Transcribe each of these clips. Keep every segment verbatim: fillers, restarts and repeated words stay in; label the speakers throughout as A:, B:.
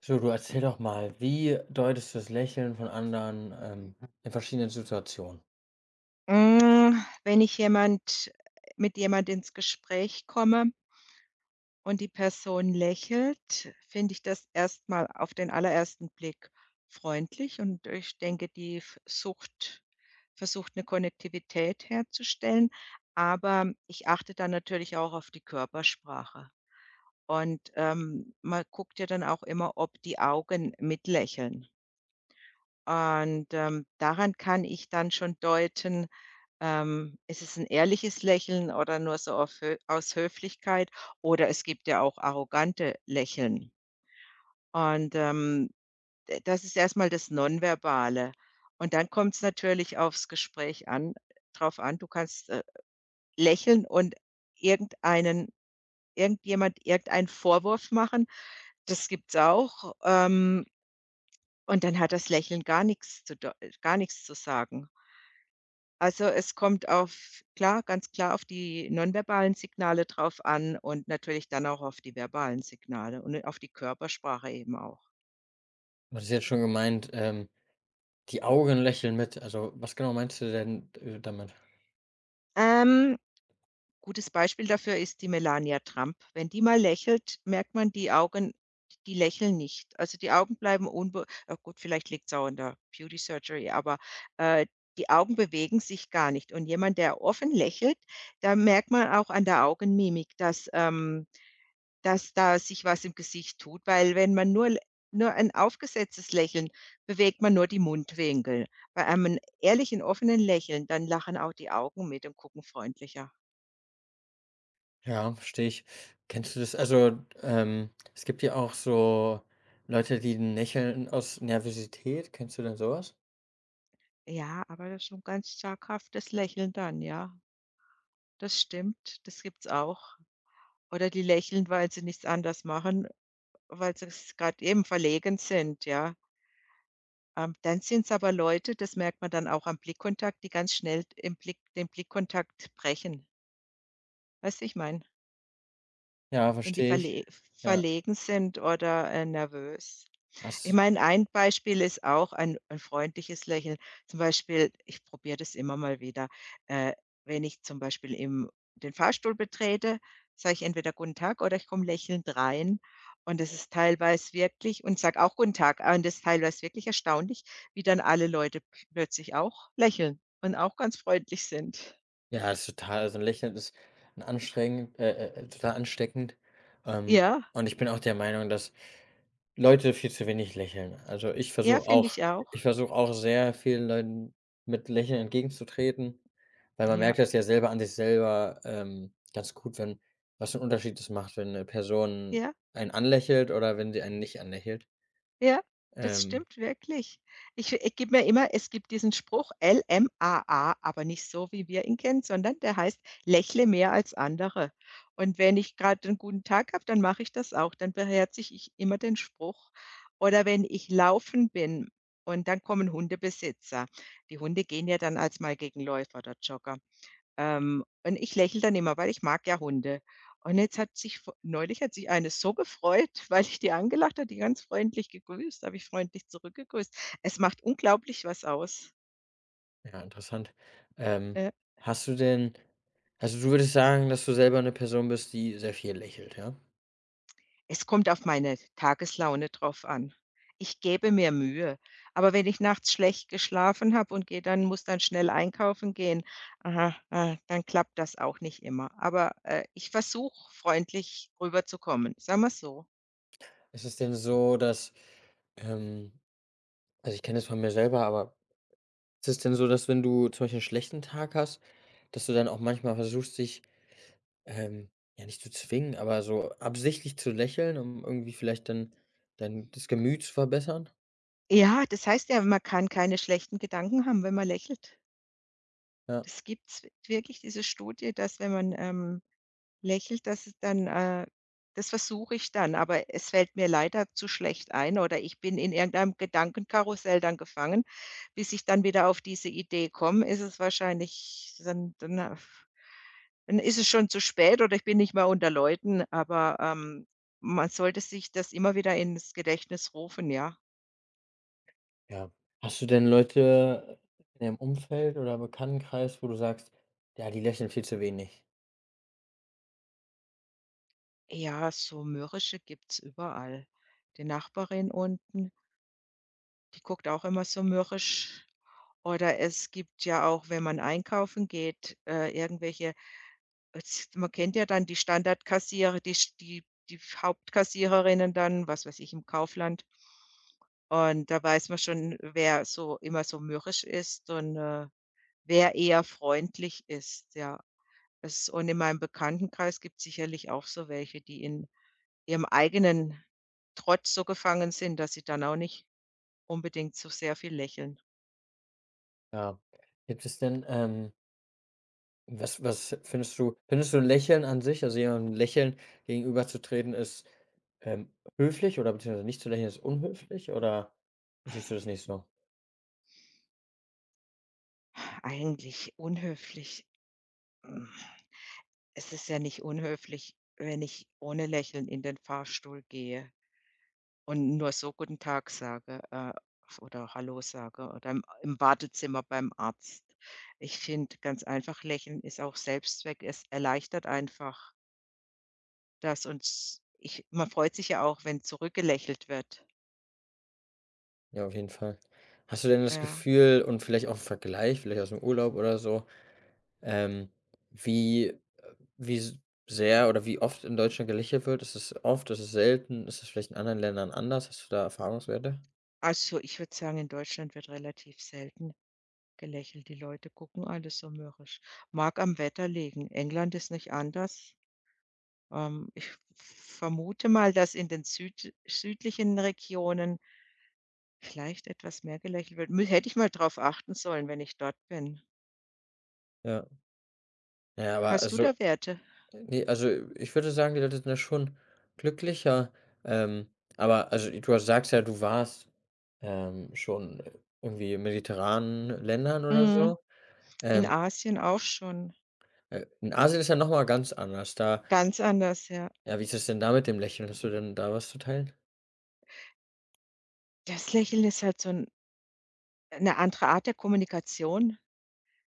A: So, du erzähl doch mal, wie deutest du das Lächeln von anderen, ähm, in verschiedenen Situationen?
B: Hm, wenn ich jemand mit jemand ins Gespräch komme und die Person lächelt, finde ich das erstmal auf den allerersten Blick freundlich und ich denke, die f sucht versucht eine Konnektivität herzustellen, aber ich achte dann natürlich auch auf die Körpersprache und, ähm, man guckt ja dann auch immer, ob die Augen mitlächeln. Und, ähm, daran kann ich dann schon deuten, ähm, ist es 'n ehrliches Lächeln oder nur so auf Hö aus Höflichkeit oder es gibt ja auch arrogante Lächeln. Und, ähm, d das ist erstmal das Nonverbale. Und dann kommt es natürlich aufs Gespräch an drauf an. Du kannst, äh, lächeln und irgendeinen irgendjemand irgendeinen Vorwurf machen, das gibt's auch, ähm, und dann hat das Lächeln gar nichts zu deu gar nix zu sagen. Also, es kommt auf klar, ganz klar auf die nonverbalen Signale drauf an und natürlich dann auch auf die verbalen Signale und auf die Körpersprache eben auch.
A: Du hast jetzt schon gemeint, ähm, die Augen lächeln mit. Also, was genau meinst du denn, äh, damit?
B: Ähm, Gutes Beispiel dafür ist die Melania Trump. Wenn die mal lächelt, merkt man, die Augen die lächeln nicht. Also, die Augen bleiben unbe ah, gut, vielleicht liegt's auch an der Beauty Surgery, aber, äh, die Augen bewegen sich gar nicht. Und jemand, der offen lächelt, da merkt man auch an der Augenmimik, dass, ähm dass da sich was im Gesicht tut, weil wenn man nur nur ein aufgesetztes Lächeln bewegt man nur die Mundwinkel. Bei einem ehrlichen, offenen Lächeln, dann lachen auch die Augen mit und gucken freundlicher.
A: Ja, verstehe ich. Kennst du das? Also, ähm, es gibt ja auch so Leute, die lächeln aus Nervosität. Kennst du denn sowas?
B: Ja, aber das ist schon ganz zaghaftes Lächeln dann, ja. Das stimmt, das gibt's auch. Oder die lächeln, weil sie nichts anders machen, weil sie gerade eben verlegen sind, ja. Ähm, dann sind's aber Leute, das merkt man dann auch am Blickkontakt, die ganz schnell im Blick den Blickkontakt brechen. Weißt, du, ich meine?
A: Ja,
B: Wenn die
A: verstehe ich.
B: verle
A: Ja.
B: verlegen sind oder, äh, nervös. Ich
A: Hast
B: meine, ein Beispiel ist auch ein ein freundliches Lächeln. Zum Beispiel, ich probiere das immer mal wieder, äh, wenn ich zum Beispiel im den Fahrstuhl betrete, sage ich entweder „Guten Tag“ oder ich komme lächelnd rein. Und das ist teilweise wirklich und sage auch „Guten Tag“, und das ist teilweise wirklich erstaunlich, wie dann alle Leute p plötzlich auch lächeln und auch ganz freundlich sind.
A: Ja, das ist total also ein Lächeln ist ein anstrengend äh, äh, total ansteckend. Ähm,
B: Ja,
A: und ich bin auch der Meinung, dass Leute viel zu wenig lächeln. Also, ich
B: ja,
A: versuche
B: finde
A: auch
B: ich auch.
A: ich versuche auch sehr vielen Leuten mit Lächeln entgegenzutreten, weil man
B: Ja,
A: merkt das ja selber an sich selber, ähm, ganz gut, wenn was für 'n Unterschied das macht, wenn eine Person
B: ja.
A: einen anlächelt oder wenn sie einen nicht anlächelt.
B: Ja, das
A: Ähm
B: stimmt wirklich. Ich ich gebe mir immer es gibt diesen Spruch L M A A, aber nicht so, wie wir ihn kennen, sondern der heißt: „Lächle mehr als andere.“ Und wenn ich gerade einen guten Tag habe, dann mache ich das auch. Dann beherzige ich immer den Spruch. Oder wenn ich laufen bin und dann kommen Hundebesitzer. Die Hunde gehen ja dann als mal gegen Läufer oder Jogger. Ähm, und ich lächle dann immer, weil ich mag ja Hunde. Und jetzt hat sich v neulich hat sich eine so gefreut, weil ich die angelacht habe, die ganz freundlich gegrüßt, habe ich freundlich zurückgegrüßt. Es macht unglaublich was aus.
A: Ja, interessant. Ähm,
B: Ja.
A: hast du denn also, du würdest sagen, dass du selber eine Person bist, die sehr viel lächelt, ja?
B: Es kommt auf meine Tageslaune drauf an. Ich gebe mir Mühe, aber wenn ich nachts schlecht geschlafen habe und gehe dann muss dann schnell einkaufen gehen, aha, ah, dann klappt das auch nicht immer. Aber, äh, ich versuche, freundlich rüberzukommen, sagen wir's so.
A: Ist es denn so, dass, ähm also, ich kenne das von mir selber, aber ist es denn so, dass wenn du zum Beispiel einen schlechten Tag hast, dass du dann auch manchmal versuchst, dich, ähm, ja, nicht zu zwingen, aber so absichtlich zu lächeln, um irgendwie vielleicht dann dein das Gemüt zu verbessern?
B: Ja, das heißt ja, man kann keine schlechten Gedanken haben, wenn man lächelt.
A: Ja.
B: Das gibt's w wirklich diese Studie, dass wenn man, ähm, lächelt, dass es dann äh, das versuche ich dann, aber es fällt mir leider zu schlecht ein oder ich bin in irgendeinem Gedankenkarussell dann gefangen. Bis ich dann wieder auf diese Idee komme, ist es wahrscheinlich dann dann, äh, dann ist es schon zu spät oder ich bin nicht mehr unter Leuten, aber, ähm, man sollte sich das immer wieder ins Gedächtnis rufen, ja.
A: Ja. Hast du denn Leute in deinem Umfeld oder Bekanntenkreis, wo du sagst: „Ja, die lächeln viel zu wenig?“
B: Ja, so mürrische gibt's überall. Die Nachbarin unten, die guckt auch immer so mürrisch. Oder es gibt ja auch, wenn man einkaufen geht, äh, irgendwelche es man kennt ja dann die Standardkassierer, die sch die die Hauptkassiererinnen dann, was weiß ich, im Kaufland. Und da weiß man schon, wer so immer so mürrisch ist und, äh, wer eher freundlich ist, ja. Es und in meinem Bekanntenkreis gibt es sicherlich auch so welche, die in Ihrem eigenen Trotz so gefangen sind, dass sie dann auch nicht unbedingt so sehr viel lächeln.
A: Ja. Gibt es denn, ähm was was findest du findest du Lächeln an sich, also jemandem Lächeln gegenüberzutreten ist, ähm, höflich oder beziehungsweise nicht zu lächeln ist unhöflich oder siehst du das nicht so?
B: Eigentlich unhöflich. Hm, es ist ja nicht unhöflich, wenn ich ohne Lächeln in den Fahrstuhl gehe und nur so „Guten Tag“ sage, äh, oder „Hallo“ sage oder im im Wartezimmer beim Arzt. Ich finde ganz einfach, Lächeln ist auch Selbstzweck. Es erleichtert einfach das und ich man freut sich ja auch, wenn zurückgelächelt wird.
A: Ja, auf jeden Fall. Hast du denn das
B: Ja.
A: Gefühl und vielleicht auch 'n Vergleich, vielleicht aus dem Urlaub oder so, ähm, wie wie s sehr oder wie oft in Deutschland gelächelt wird? Ist es oft? Ist es selten? Ist es vielleicht in anderen Ländern anders? Hast du da Erfahrungswerte?
B: Also, ich würde sagen, in Deutschland wird relativ selten gelächelt. Die Leute gucken alle so mürrisch. Mag am Wetter liegen. England ist nicht anders. Ähm, ich vermute mal, dass in den süd südlichen Regionen vielleicht etwas mehr gelächelt wird. Mü Hätte ich mal drauf achten sollen, wenn ich dort bin.
A: Ja. Ja, aber
B: Hast du
A: also
B: da Werte?
A: ne, also ich würde sagen, die Leute sind da schon glücklicher. Ähm, aber also du sagst ja, du warst, ähm, schon irgendwie in mediterranen Ländern oder
B: Mhm.
A: so.
B: In
A: Ähm,
B: Asien auch schon.
A: äh, in Asien ist ja noch mal ganz anders. Da
B: Ganz anders, ja.
A: ja, wie ist es denn da mit dem Lächeln? Hast du denn da was zu teilen?
B: Das Lächeln ist halt so 'n 'ne andere Art der Kommunikation.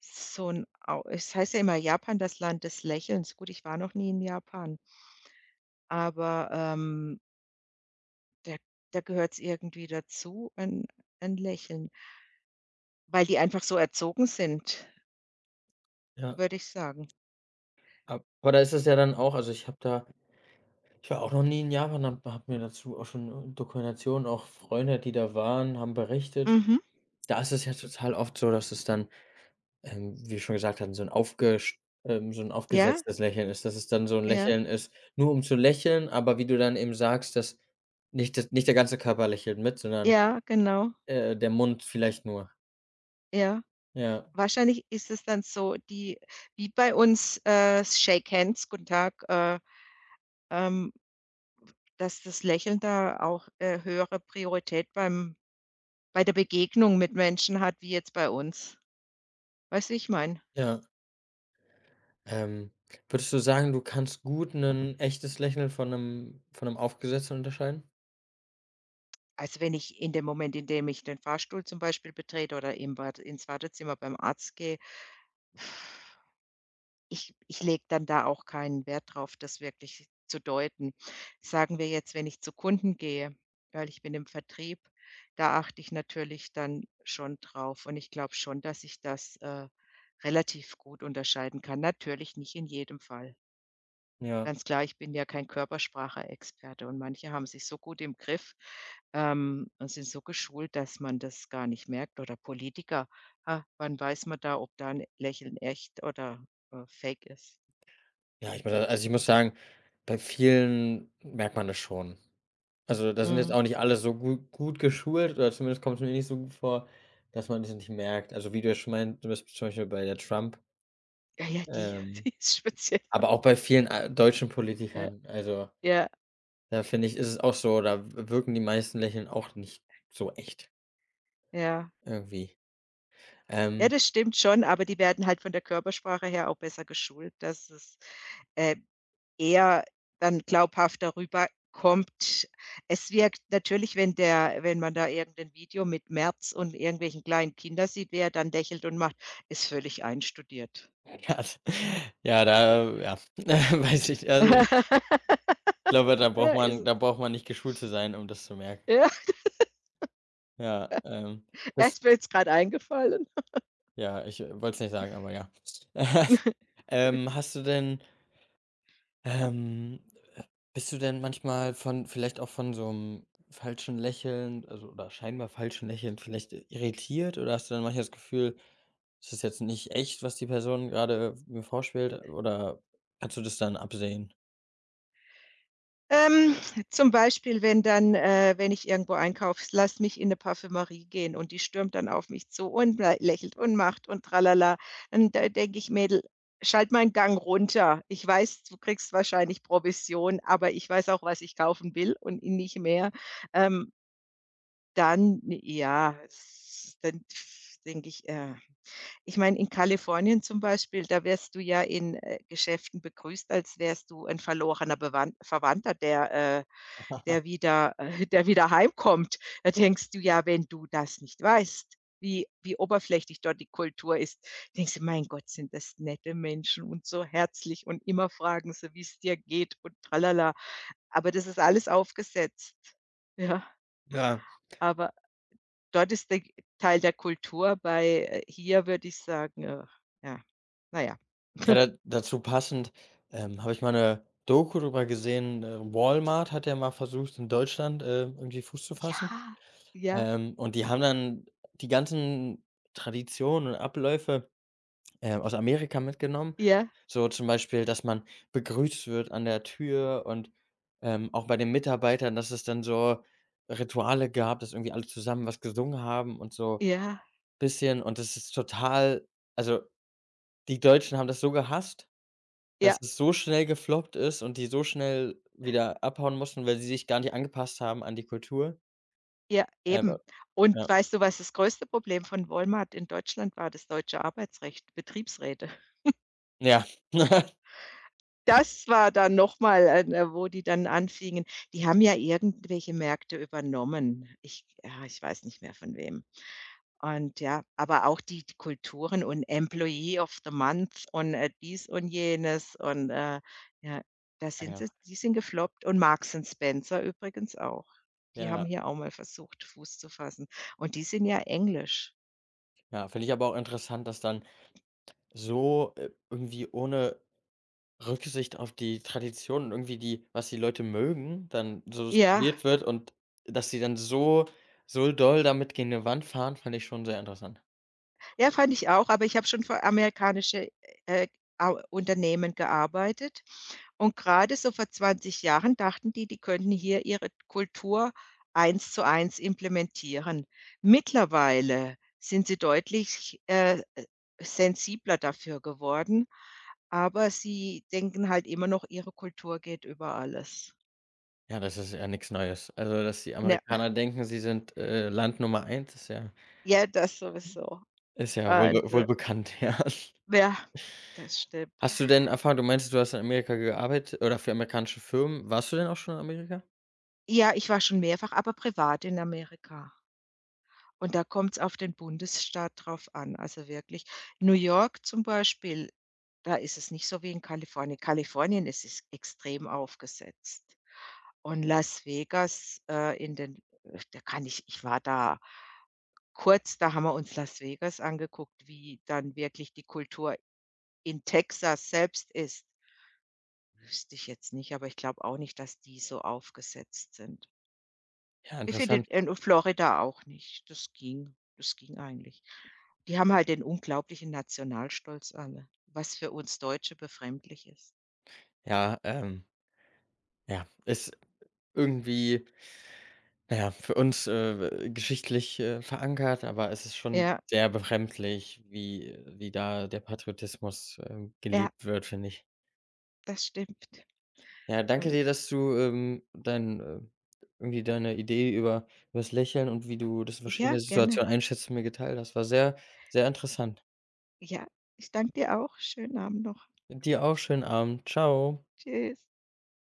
B: So 'n au Es heißt ja immer Japan, das Land des Lächelns. Gut, ich war noch nie in Japan, aber, ähm, da da gehört's irgendwie dazu, ein ein Lächeln, weil die einfach so erzogen sind,
A: Ja,
B: würde ich sagen.
A: ab aber da ist es ja dann auch also ich habe da ich war auch noch nie in Japan, habe mir dazu auch schon Dokumentationen auch Freunde, die da waren, haben berichtet.
B: Mhm.
A: Da ist es ja total oft so, dass es dann ähm, wie wir schon gesagt hatten, so 'n aufgesch ähm, so 'n
B: Ja,
A: aufgesetztes Lächeln ist, dass es dann so 'n
B: ja,
A: Lächeln ist, nur um zu lächeln, aber wie du dann eben sagst, dass nicht das nicht der ganze Körper lächelt mit, sondern,
B: ja, genau,
A: äh, der Mund vielleicht nur.
B: ja.
A: Ja,
B: Wahrscheinlich ist es dann so die wie bei uns, äh, Shake Hands, guten Tag, äh, ähm, dass das Lächeln da auch, äh, höhere Priorität beim bei der Begegnung mit Menschen hat, wie jetzt bei uns. Weißt du, ich meine?
A: ja. Ähm, würdest du sagen, du kannst gut 'nen echtes Lächeln von 'nem von 'nem aufgesetzten unterscheiden?
B: Also, wenn ich in dem Moment, in dem ich den Fahrstuhl zum Beispiel betrete oder im Bad ins Wartezimmer beim Arzt gehe, ich ich lege dann da auch keinen Wert drauf, das wirklich zu deuten. Sagen wir jetzt, wenn ich zu Kunden gehe, weil ich bin im Vertrieb, da achte ich natürlich dann schon drauf und ich glaube schon, dass ich das, äh, relativ gut unterscheiden kann. Natürlich nicht in jedem Fall.
A: Ja.
B: Ganz klar, ich bin ja kein Körpersprache-Experte und manche haben sich so gut im Griff, ähm, und sind so geschult, dass man das gar nicht merkt oder Politiker. Ha, wann weiß man da, ob da ein Lächeln echt oder, äh, Fake ist?
A: Ja, ich meine also, ich muss sagen, bei vielen merkt man das schon. Also, da sind jetzt
B: Mhm.
A: auch nicht alle so gut gut geschult oder zumindest kommt es mir nicht so gut vor, dass man das nicht merkt. Also, wie du ja schon meint, du bist zum Beispiel bei der Trump,
B: Ja, ja, die
A: ähm,
B: die ist speziell.
A: aber auch bei vielen a deutschen
B: Ja,
A: Politikern. Also,
B: ja,
A: da finde ich, ist es auch so, da wirken die meisten Lächeln auch nicht so echt
B: ja.
A: irgendwie.
B: Ja,
A: Ähm,
B: das stimmt schon, aber die werden halt von der Körpersprache her auch besser geschult, dass es, äh eher dann glaubhaft darüber kommt. Es wirkt natürlich, wenn der wenn man da irgendein Video mit Merz und irgendwelchen kleinen Kindern sieht, wie er dann lächelt und macht, ist völlig einstudiert.
A: ja, ja, da ja, weiß ich also, ich glaube, da
B: Ja,
A: braucht man
B: ist
A: da braucht man nicht geschult zu sein, um das zu merken.
B: ja,
A: Ja, ähm,
B: ja,
A: bis
B: ist mir jetzt grad eingefallen.
A: ja, ich, äh, wollte es nicht sagen, aber ja. Ähm, hast du denn, ähm äh, bist du denn manchmal von vielleicht auch von so 'nem falschen Lächeln, also, oder scheinbar falschen Lächeln vielleicht äh, irritiert oder hast du dann manchmal das Gefühl, es ist jetzt nicht echt, was die Person gerade mir vorspielt oder kannst du das dann absehen?
B: Ähm, zum Beispiel, wenn dann äh, wenn ich irgendwo einkaufe, lass mich in 'ne Parfümerie gehen und die stürmt dann auf mich zu und lä lächelt und macht und tralala. Und da denke ich: „Mädel, schalte mal 'n Gang runter. Ich weiß, du kriegst wahrscheinlich Provision, aber ich weiß auch, was ich kaufen will und nicht mehr.“ Ähm, dann ja, s dann denke ich, äh ich meine, in Kalifornien zum Beispiel, da wirst du ja in, äh, Geschäften begrüßt, als wärst du 'n verlorener Bewan Verwandter, der, äh, der wieder äh, der wieder heimkommt, da denkst du ja, wenn du das nicht weißt, wie wie oberflächlich dort die Kultur ist, denkst du: „Mein Gott, sind das nette Menschen und so herzlich und immer fragen sie, wie es dir geht und tralala.“ Aber das ist alles aufgesetzt. Ja,
A: Ja.
B: aber dort ist der Teil der Kultur, bei, äh, hier würde ich sagen, äh, ja, naja.
A: Ja, da dazu passend, ähm, habe ich mal eine Doku drüber gesehen, äh, Walmart hat ja mal versucht, in Deutschland, äh, irgendwie Fuß zu fassen.
B: Ja, ja,
A: Ähm, und die haben dann die ganzen Traditionen und Abläufe, ähm, aus Amerika mitgenommen.
B: ja,
A: So zum Beispiel, dass man begrüßt wird an der Tür und, ähm, auch bei den Mitarbeitern, dass es dann so Rituale gab, dass irgendwie alle zusammen was gesungen haben und so
B: ja,
A: bisschen. Und das ist total also, die Deutschen haben das so gehasst, dass
B: ja.
A: es so schnell gefloppt ist und die so schnell wieder abhauen mussten, weil sie sich gar nicht angepasst haben an die Kultur.
B: Ja,
A: Ähm,
B: eben. Und
A: ja.
B: weißt du, was das größte Problem von Walmart in Deutschland war? Das deutsche Arbeitsrecht, Betriebsräte.
A: Ja.
B: Das war dann noch mal, äh, wo die dann anfingen die haben ja irgendwelche Märkte übernommen. Ich ja ich weiß nicht mehr von wem. Und ja, aber auch die die Kulturen und Employee of the Month und, äh, dies und jenes und, äh, ja, da
A: Ja,
B: sind
A: genau.
B: sie die sind gefloppt und Marks& and Spencer übrigens auch. Die haben
A: Ja,
B: hier auch mal versucht, Fuß zu fassen und die sind ja englisch.
A: ja, finde ich aber auch interessant, dass dann so, äh, irgendwie ohne Rücksicht auf die Traditionen, irgendwie die was die Leute mögen, dann so das
B: Ja,
A: probiert wird und dass sie dann so so doll damit gegen 'ne Wand fahren, fand ich schon sehr interessant.
B: ja, fand ich auch, aber ich habe schon für amerikanische, äh, au Unternehmen gearbeitet und gerade so vor zwanzig Jahren dachten die, die könnten hier ihre Kultur eins zu eins implementieren. Mittlerweile sind sie deutlich, äh, äh, sensibler dafür geworden, aber sie denken halt immer noch, ihre Kultur geht über alles.
A: Ja, das ist ja nichts Neues. Also, dass die
B: Ja,
A: Amerikaner denken, sie sind, äh, Land Nummer eins ist ja
B: ja, das sowieso.
A: ist ja wohl
B: Und,
A: be
B: äh,
A: wohl bekannt, ja.
B: ja, das stimmt.
A: Hast du denn Erfahrung du meinst du hast in Amerika gearbeitet oder für amerikanische Firmen. Warst du denn auch schon in Amerika?
B: Ja, ich war schon mehrfach, aber privat in Amerika. Und da kommt's auf den Bundesstaat drauf an. Also wirklich, New York zum Beispiel, da ist es nicht so wie in Kalifornien. Kalifornien ist es extrem aufgesetzt. Und Las Vegas, äh, in den äh, da kann ich ich war da kurz, da haben wir uns Las Vegas angeguckt, wie dann wirklich die Kultur in Texas selbst ist. Wüsste ich jetzt nicht, aber ich glaube auch nicht, dass die so aufgesetzt sind.
A: Ja,
B: Ich finde
A: interessant.
B: in Florida auch nicht. Das ging das ging eigentlich. Die haben halt den unglaublichen Nationalstolz alle, was für uns Deutsche befremdlich ist.
A: Ja, ähm, ja, ist irgendwie, naja, für uns, äh, geschichtlich, äh, verankert, aber es ist schon
B: Ja,
A: sehr befremdlich, wie wie da der Patriotismus, ähm,
B: ja,
A: gelebt wird, finde ich.
B: das stimmt.
A: Ja, danke
B: Und
A: dir, dass du, ähm, dein äh, irgendwie deine Idee über über das Lächeln und wie du das in
B: ja,
A: verschiedene
B: gerne.
A: Situationen einschätzt, mit mir geteilt hast. War sehr, sehr interessant.
B: Ja, ich danke dir auch. Schönen Abend noch.
A: Dir auch schönen Abend. Ciao.
B: Tschüss.